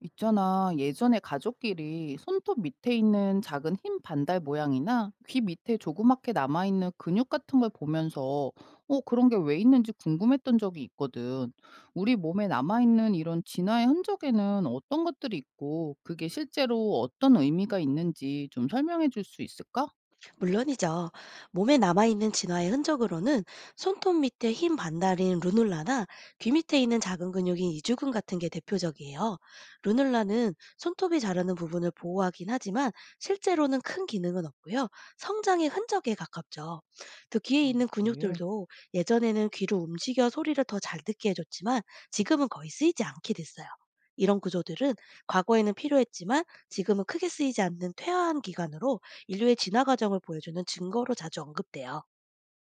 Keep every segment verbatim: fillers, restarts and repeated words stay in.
있잖아, 예전에 가족끼리 손톱 밑에 있는 작은 흰 반달 모양이나 귀 밑에 조그맣게 남아있는 근육 같은 걸 보면서, 어, 그런 게 왜 있는지 궁금했던 적이 있거든. 우리 몸에 남아있는 이런 진화의 흔적에는 어떤 것들이 있고, 그게 실제로 어떤 의미가 있는지 좀 설명해 줄 수 있을까? 물론이죠. 몸에 남아있는 진화의 흔적으로는 손톱 밑에 흰 반달인 루눌라나 귀 밑에 있는 작은 근육인 이주근 같은 게 대표적이에요. 루눌라는 손톱이 자라는 부분을 보호하긴 하지만 실제로는 큰 기능은 없고요. 성장의 흔적에 가깝죠. 또 귀에 아, 있는 그래. 근육들도 예전에는 귀로 움직여 소리를 더 잘 듣게 해줬지만 지금은 거의 쓰이지 않게 됐어요. 이런 구조들은 과거에는 필요했지만 지금은 크게 쓰이지 않는 퇴화한 기관으로 인류의 진화 과정을 보여주는 증거로 자주 언급돼요.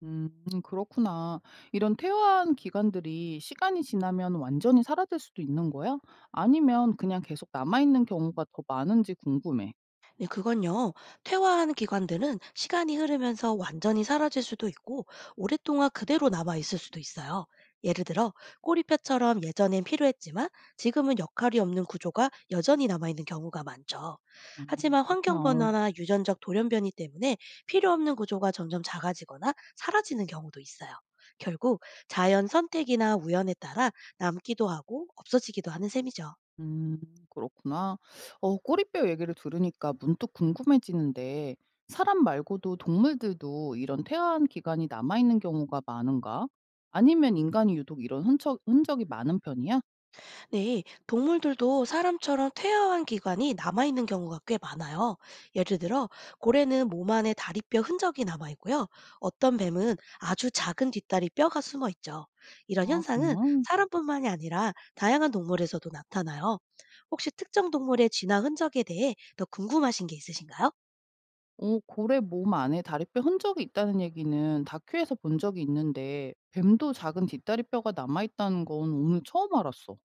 음 그렇구나. 이런 퇴화한 기관들이 시간이 지나면 완전히 사라질 수도 있는 거야? 아니면 그냥 계속 남아 있는 경우가 더 많은지 궁금해. 네, 그건요. 퇴화한 기관들은 시간이 흐르면서 완전히 사라질 수도 있고 오랫동안 그대로 남아 있을 수도 있어요. 예를 들어 꼬리뼈처럼 예전엔 필요했지만 지금은 역할이 없는 구조가 여전히 남아 있는 경우가 많죠. 아 하지만 환경 그렇구나. 변화나 유전적 돌연변이 때문에 필요 없는 구조가 점점 작아지거나 사라지는 경우도 있어요. 결국 자연 선택이나 우연에 따라 남기도 하고 없어지기도 하는 셈이죠. 음 그렇구나. 어 꼬리뼈 얘기를 들으니까 문득 궁금해지는데 사람 말고도 동물들도 이런 퇴화한 기관이 남아 있는 경우가 많은가? 아니면 인간이 유독 이런 흔적 흔적이 많은 편이야? 네, 동물들도 사람처럼 퇴화한 기관이 남아있는 경우가 꽤 많아요. 예를 들어, 고래는 몸 안에 다리뼈 흔적이 남아있고요. 어떤 뱀은 아주 작은 뒷다리 뼈가 숨어 있죠. 이런 아 현상은 정말? 사람뿐만이 아니라 다양한 동물에서도 나타나요. 혹시 특정 동물의 진화 흔적에 대해 더 궁금하신 게 있으신가요? 어 고래 몸 안에 다리뼈 흔적이 있다는 얘기는 다큐에서 본 적이 있는데 뱀도 작은 뒷다리뼈가 남아 있다는 건 오늘 처음 알았어.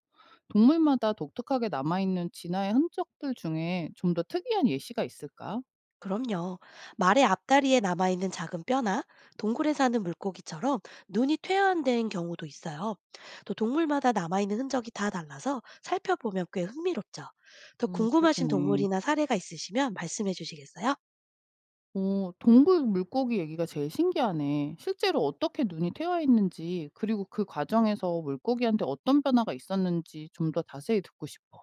동물마다 독특하게 남아 있는 진화의 흔적들 중에 좀 더 특이한 예시가 있을까? 그럼요. 말의 앞다리에 남아있는 작은 뼈나 동굴에 사는 물고기처럼 눈이 퇴화된 경우도 있어요. 또 동물마다 남아있는 흔적이 다 달라서 살펴보면 꽤 흥미롭죠. 더 음, 궁금하신 그렇겠네. 동물이나 사례가 있으시면 말씀해 주시겠어요? 어, 동굴 물고기 얘기가 제일 신기하네. 실제로 어떻게 눈이 태워 있는지, 그리고 그 과정에서 물고기한테 어떤 변화가 있었는지 좀 더 자세히 듣고 싶어.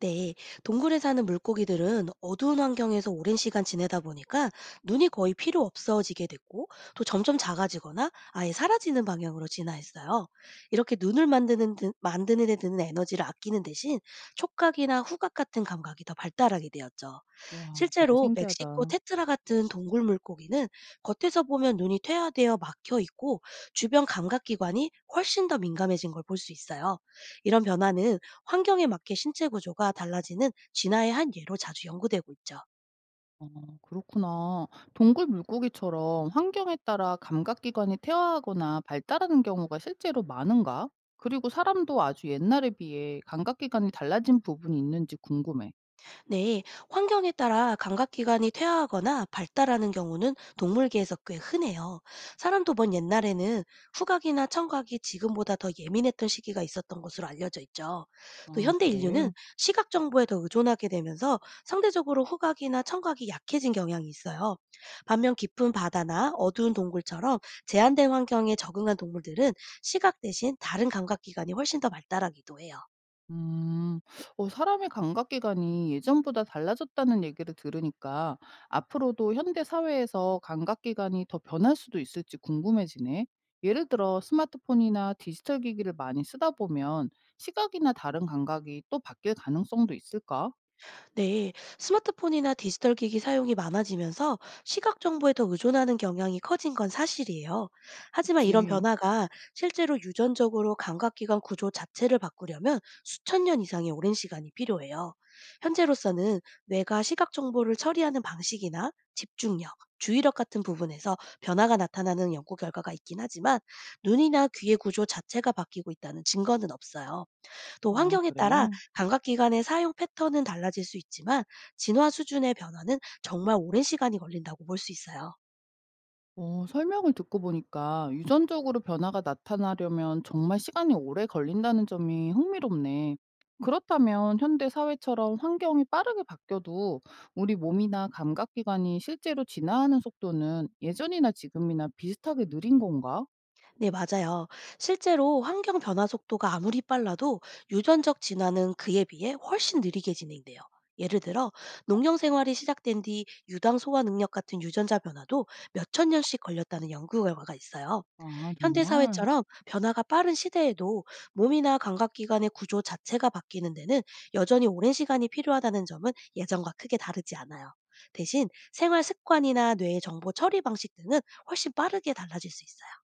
네, 동굴에 사는 물고기들은 어두운 환경에서 오랜 시간 지내다 보니까 눈이 거의 필요 없어지게 됐고, 또 점점 작아지거나 아예 사라지는 방향으로 진화했어요. 이렇게 눈을 만드는, 데- 만드는 데 드는 에너지를 아끼는 대신 촉각이나 후각 같은 감각이 더 발달하게 되었죠. 와, 진짜 실제로 멕시코 신기하다. 테트라 같은 동굴 물고기는 겉에서 보면 눈이 퇴화되어 막혀 있고, 주변 감각기관이 훨씬 더 민감해진 걸 볼 수 있어요. 이런 변화는 환경에 맞게 신체 구조가 달라지는 진화의 한 예로 자주 연구되고 있죠. 아 그렇구나. 동굴 물고기처럼 환경에 따라 감각기관이 퇴화하거나 발달하는 경우가 실제로 많은가? 그리고 사람도 아주 옛날에 비해 감각기관이 달라진 부분이 있는지 궁금해. 네, 환경에 따라 감각기관이 퇴화하거나 발달하는 경우는 동물계에서 꽤 흔해요. 사람도 먼 옛날에는 후각이나 청각이 지금보다 더 예민했던 시기가 있었던 것으로 알려져 있죠. 또 아, 현대 그래. 인류는 시각 정보에 더 의존하게 되면서 상대적으로 후각이나 청각이 약해진 경향이 있어요. 반면 깊은 바다나 어두운 동굴처럼 제한된 환경에 적응한 동물들은 시각 대신 다른 감각기관이 훨씬 더 발달하기도 해요. 음. 어 사람의 감각 기관이 예전보다 달라졌다는 얘기를 들으니까 앞으로도 현대 사회에서 감각 기관이 더 변할 수도 있을지 궁금해지네. 예를 들어 스마트폰이나 디지털 기기를 많이 쓰다 보면 시각이나 다른 감각이 또 바뀔 가능성도 있을까? 네, 스마트폰이나 디지털 기기 사용이 많아지면서 시각 정보에 더 의존하는 경향이 커진 건 사실이에요. 하지만 이런 그치. 변화가 실제로 유전적으로 감각기관 구조 자체를 바꾸려면 수천 년 이상의 오랜 시간이 필요해요. 현재로서는 뇌가 시각 정보를 처리하는 방식이나 집중력, 주의력 같은 부분에서 변화가 나타나는 연구 결과가 있긴 하지만 눈이나 귀의 구조 자체가 바뀌고 있다는 증거는 없어요. 또 아, 환경에 그래. 따라 감각 기관의 사용 패턴은 달라질 수 있지만 진화 수준의 변화는 정말 오랜 시간이 걸린다고 볼 수 있어요. 어 설명을 듣고 보니까 유전적으로 변화가 나타나려면 정말 시간이 오래 걸린다는 점이 흥미롭네. 그렇다면 현대 사회처럼 환경이 빠르게 바뀌어도 우리 몸이나 감각기관이 실제로 진화하는 속도는 예전이나 지금이나 비슷하게 느린 건가? 네, 맞아요. 실제로 환경 변화 속도가 아무리 빨라도 유전적 진화는 그에 비해 훨씬 느리게 진행돼요. 예를 들어 농경 생활이 시작된 뒤 유당 소화 능력 같은 유전자 변화도 몇 천 년씩 걸렸다는 연구 결과가 있어요. 아, 현대 정말? 사회처럼 변화가 빠른 시대에도 몸이나 감각기관의 구조 자체가 바뀌는 데는 여전히 오랜 시간이 필요하다는 점은 예전과 크게 다르지 않아요. 대신 생활 습관이나 뇌의 정보 처리 방식 등은 훨씬 빠르게 달라질 수 있어요.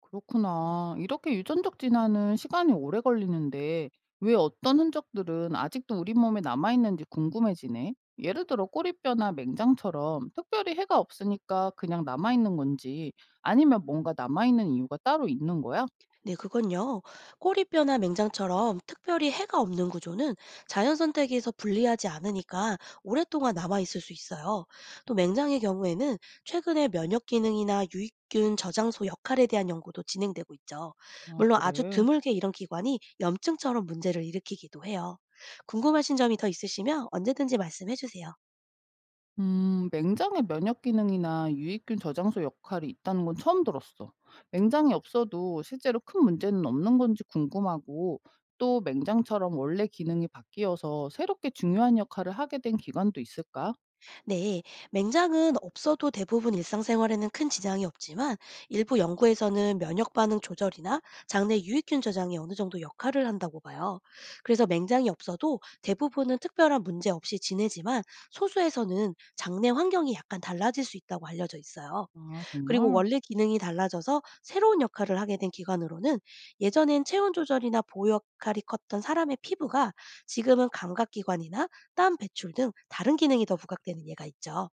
그렇구나. 이렇게 유전적 진화는 시간이 오래 걸리는데 왜 어떤 흔적들은 아직도 우리 몸에 남아 있는지 궁금해지네. 예를 들어 꼬리뼈나 맹장처럼 특별히 해가 없으니까 그냥 남아 있는 건지 아니면 뭔가 남아 있는 이유가 따로 있는 거야? 네, 그건요. 꼬리뼈나 맹장처럼 특별히 해가 없는 구조는 자연 선택에서 분리하지 않으니까 오랫동안 남아 있을 수 있어요. 또 맹장의 경우에는 최근에 면역 기능이나 유익균 저장소 역할에 대한 연구도 진행되고 있죠. 아, 물론 아주 그래. 드물게 이런 기관이 염증처럼 문제를 일으키기도 해요. 궁금하신 점이 더 있으시면 언제든지 말씀해 주세요. 음, 맹장의 면역 기능이나 유익균 저장소 역할이 있다는 건 처음 들었어. 맹장이 없어도 실제로 큰 문제는 없는 건지 궁금하고, 또 맹장처럼 원래 기능이 바뀌어서 새롭게 중요한 역할을 하게 된 기관도 있을까? 네, 맹장은 없어도 대부분 일상생활에는 큰 지장이 없지만 일부 연구에서는 면역 반응 조절이나 장내 유익균 저장이 어느 정도 역할을 한다고 봐요. 그래서 맹장이 없어도 대부분은 특별한 문제 없이 지내지만 소수에서는 장내 환경이 약간 달라질 수 있다고 알려져 있어요. 아, 그리고 정말? 원래 기능이 달라져서 새로운 역할을 하게 된 기관으로는 예전엔 체온 조절이나 보호 역할이 컸던 사람의 피부가 지금은 감각기관이나 땀 배출 등 다른 기능이 더 부각되는 예가 있죠.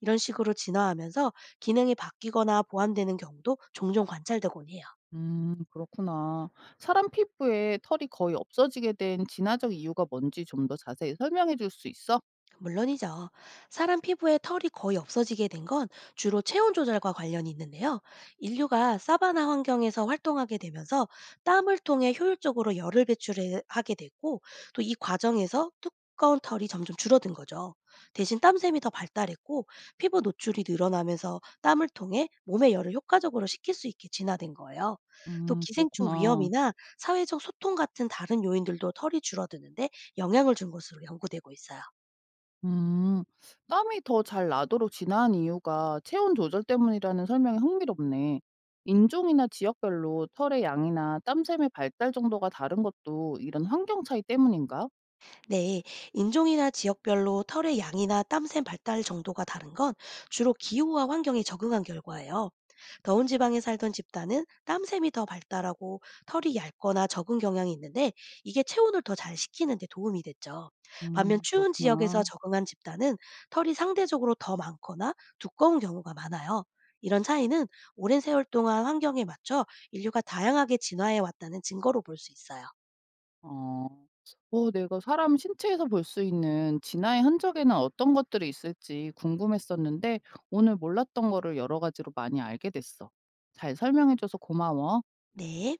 이런 식으로 진화하면서 기능이 바뀌거나 보완되는 경우도 종종 관찰되곤 해요. 음, 그렇구나. 사람 피부에 털이 거의 없어지게 된 진화적 이유가 뭔지 좀 더 자세히 설명해 줄 수 있어? 물론이죠. 사람 피부에 털이 거의 없어지게 된 건 주로 체온 조절과 관련이 있는데요. 인류가 사바나 환경에서 활동하게 되면서 땀을 통해 효율적으로 열을 배출하게 됐고, 또 이 과정에서 두꺼운 털이 점점 줄어든 거죠. 대신 땀샘이 더 발달했고, 피부 노출이 늘어나면서 땀을 통해 몸의 열을 효과적으로 식힐 수 있게 진화된 거예요. 또 음, 기생충 그렇구나. 위험이나 사회적 소통 같은 다른 요인들도 털이 줄어드는데 영향을 준 것으로 연구되고 있어요. 음. 땀이 더 잘 나도록 진화한 이유가 체온 조절 때문이라는 설명이 흥미롭네. 인종이나 지역별로 털의 양이나 땀샘의 발달 정도가 다른 것도 이런 환경 차이 때문인가? 네, 인종이나 지역별로 털의 양이나 땀샘 발달 정도가 다른 건 주로 기후와 환경에 적응한 결과예요. 더운 지방에 살던 집단은 땀샘이 더 발달하고 털이 얇거나 적은 경향이 있는데 이게 체온을 더 잘 식히는 데 도움이 됐죠. 반면 음, 추운 지역에서 그렇구나. 적응한 집단은 털이 상대적으로 더 많거나 두꺼운 경우가 많아요. 이런 차이는 오랜 세월 동안 환경에 맞춰 인류가 다양하게 진화해 왔다는 증거로 볼 수 있어요. 어. 어, 내가 사람 신체에서 볼 수 있는 진화의 흔적에는 어떤 것들이 있을지 궁금했었는데 오늘 몰랐던 거를 여러 가지로 많이 알게 됐어. 잘 설명해줘서 고마워. 네.